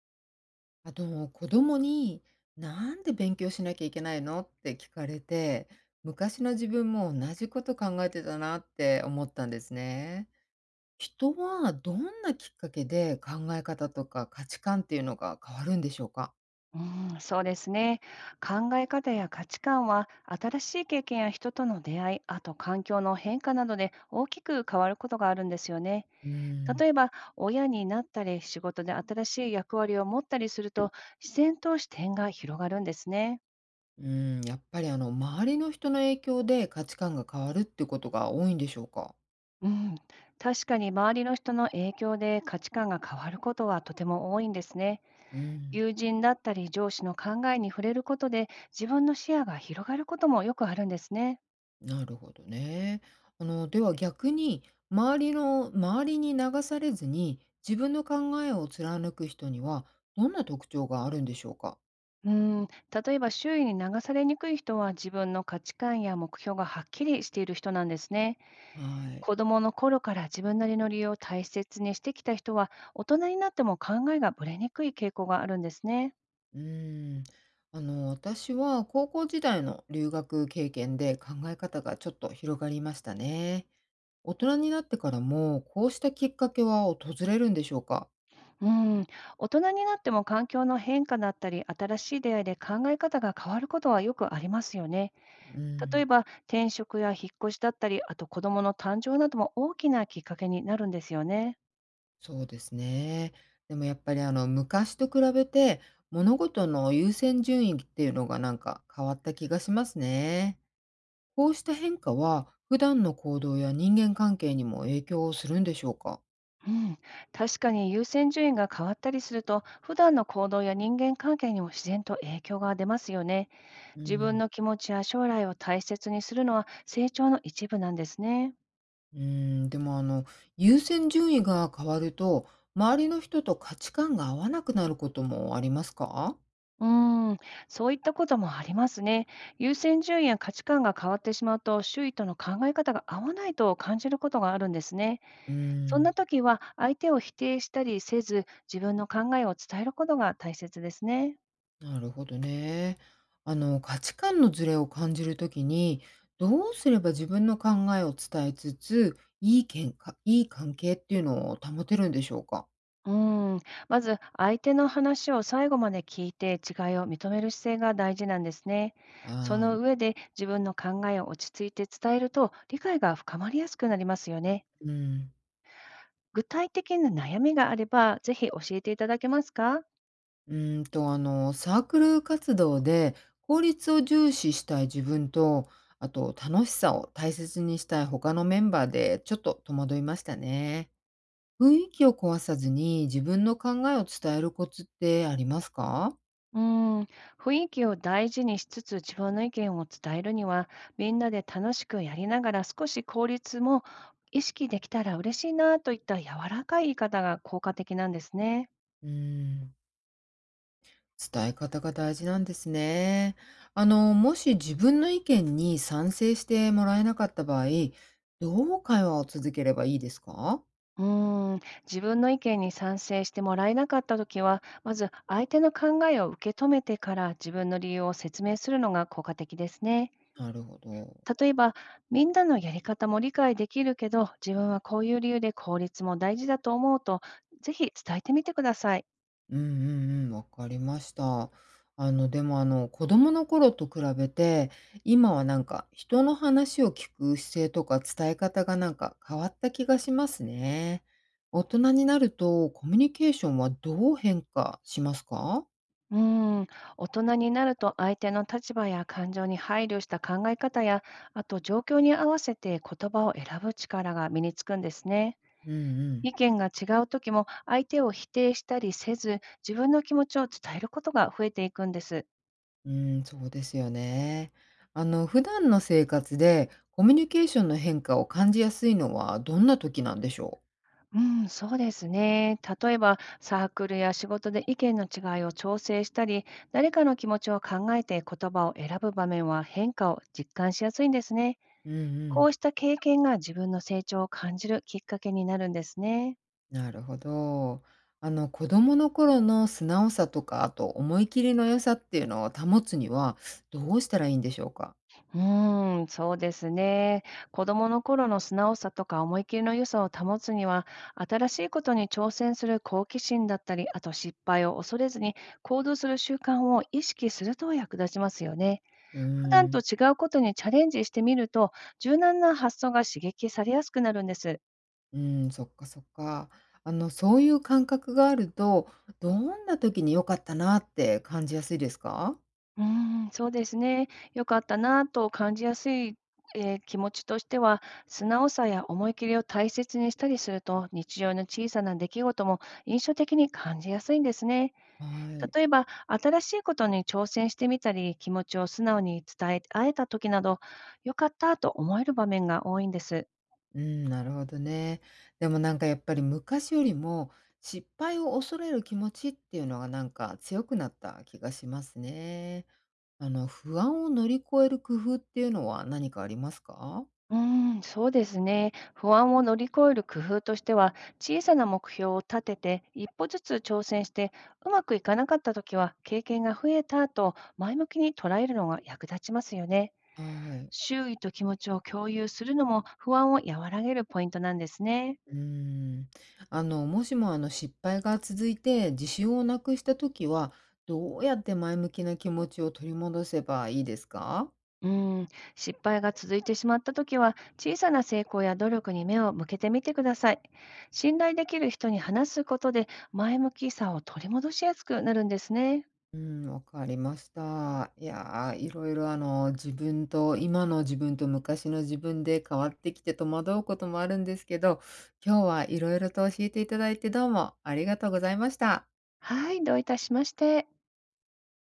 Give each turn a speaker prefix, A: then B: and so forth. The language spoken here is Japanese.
A: 子供に「なんで勉強しなきゃいけないの？」って聞かれて、昔の自分も同じこと考えてたなって思ったんですね。人はどんなきっかけで考え方とか価値観っていうのが変わるんでしょうか？
B: うん、そうですね。考え方や価値観は、新しい経験や人との出会い、あと環境の変化などで大きく変わることがあるんですよね。
A: うーん。
B: 例えば、親になったり、仕事で新しい役割を持ったりすると、自然と視点が広がるんですね。
A: うん、やっぱり周りの人の影響で価値観が変わるってことが多いんでしょうか？
B: うん、確かに周りの人の影響で価値観が変わることはとても多いんですね。
A: うん。
B: 友人だったり上司の考えに触れることで自分の視野が広がることもよくあるんですね。
A: なるほどね。では逆に、周りに流されずに、自分の考えを貫く人には、どんな特徴があるんでしょうか？
B: うん、例えば周囲に流されにくい人は自分の価値観や目標がはっきりしている人なんですね。
A: はい。
B: 子供の頃から自分なりの理由を大切にしてきた人は大人になっても考えがぶれにくい傾向があるんですね。
A: うーん。私は高校時代の留学経験で考え方がちょっと広がりましたね。大人になってからも、こうしたきっかけは訪れるんでしょうか？
B: うん、大人になっても環境の変化だったり新しい出会いで考え方が変わることはよくありますよね。
A: う
B: 例え
A: ん。
B: ば転職や引っ越しだったり、あと子供の誕生なども大きなきっかけになるんですよね。
A: そうですね。でもやっぱり昔と比べて、物事の優先順位っていうのがなんか変わった気がしますね。こうした変化は、普段の行動や人間関係にも影響するんでしょうか？
B: うん、確かに優先順位が変わったりすると、普段の行動や人間関係にも自然と影響が出ますよね。
A: う
B: 自分
A: ん、
B: の気持ちや将来を大切にするのは成長の一部なんですね。
A: うーん、でも優先順位が変わると、周りの人と価値観が合わなくなることもありますか？
B: うーん、そういったこともありますね。優先順位や価値観が変わってしまうと、周囲との考え方が合わないと感じることがあるんですね。
A: う
B: そんな
A: ん、
B: 時は、相手を否定したりせず、自分の考えを伝えることが大切ですね。
A: なるほどね。価値観のズレを感じるときに、どうすれば自分の考えを伝えつつ、いいけんかいい関係っていうのを保てるんでしょうか？
B: うん、まず相手の話を最後まで聞いて違いを認める姿勢が大事なんですね。そ
A: あ
B: の
A: あ。
B: 上で自分の考えを落ち着いて伝えると理解が深まりやすくなりますよね。
A: うん。
B: 具体的な悩みがあればぜひ教えていただけますか。
A: サークル活動で効率を重視したい自分と、あと楽しさを大切にしたい他のメンバーでちょっと戸惑いましたね。雰囲気を壊さずに自分の考えを伝えるコツってありますか？
B: うん、雰囲気を大事にしつつ自分の意見を伝えるには、みんなで楽しくやりながら少し効率も意識できたら嬉しいなといった柔らかい言い方が効果的なんですね。
A: うーん。伝え方が大事なんですね。もし自分の意見に賛成してもらえなかった場合、どう会話を続ければいいですか？
B: うーん、自分の意見に賛成してもらえなかったときは、まず相手の考えを受け止めてから自分の理由を説明するのが効果的ですね。
A: なるほど。
B: 例えば、みんなのやり方も理解できるけど、自分はこういう理由で効率も大事だと思うと、ぜひ伝えてみてください。
A: うんうんうん、わかりました。あの、でも、あの、子供の頃と比べて、今はなんか人の話を聞く姿勢とか伝え方がなんか変わった気がしますね。大人になるとコミュニケーションはどう変化しますか？
B: うーん、大人になると相手の立場や感情に配慮した考え方や、あと状況に合わせて言葉を選ぶ力が身につくんですね。
A: うんうん。
B: 意見が違う時も相手を否定したりせず、自分の気持ちを伝えることが増えていくんです。
A: うーん、そうですよね。普段の生活でコミュニケーションの変化を感じやすいのはどんな時なんでしょう？
B: うん、そうですね。例えばサークルや仕事で意見の違いを調整したり、誰かの気持ちを考えて言葉を選ぶ場面は変化を実感しやすいんですね。
A: うんう
B: こ
A: ん、
B: うした経験が自分の成長を感じるきっかけになるんですね。
A: なるほど。子供の頃の素直さとか、あと思い切りの良さっていうのを保つにはどうしたらいいんでしょうか？
B: うーん、そうですね。子供の頃の素直さとか思い切りの良さを保つには、新しいことに挑戦する好奇心だったり、あと失敗を恐れずに行動する習慣を意識すると役立ちますよね。
A: うー
B: 普段と
A: ん、
B: 違うことにチャレンジしてみると、柔軟な発想が刺激されやすくなるんです。
A: うーん、そっかそっか。そういう感覚があると、どんな時に良かったなって感じやすいですか？
B: うーん、そうですね。良かったなぁと感じやすい、気持ちとしては、素直さや思い切りを大切にしたりすると、日常の小さな出来事も印象的に感じやすいんですね。
A: はい。
B: 例えば、新しいことに挑戦してみたり、気持ちを素直に伝え合えた時など、良かったと思える場面が多いんです。
A: うん、なるほどね。でもなんかやっぱり昔よりも失敗を恐れる気持ちっていうのがなんか強くなった気がしますね。不安を乗り越える工夫っていうのは何かありますか？
B: うーん、そうですね。不安を乗り越える工夫としては、小さな目標を立てて、一歩ずつ挑戦して、うまくいかなかったときは、経験が増えたと前向きに捉えるのが役立ちますよね。
A: はい。
B: 周囲と気持ちを共有するのも不安を和らげるポイントなんですね。
A: うーん。もしも失敗が続いて自信をなくした時は、どうやって前向きな気持ちを取り戻せばいいですか？
B: うん、失敗が続いてしまったときは、小さな成功や努力に目を向けてみてください。信頼できる人に話すことで、前向きさを取り戻しやすくなるんですね。
A: うん、わかりました。いやー、いろいろあの、自分と、今の自分と昔の自分で変わってきて戸惑うこともあるんですけど、今日はいろいろと教えていただいてどうもありがとうございました。
B: はい、どういたしまして。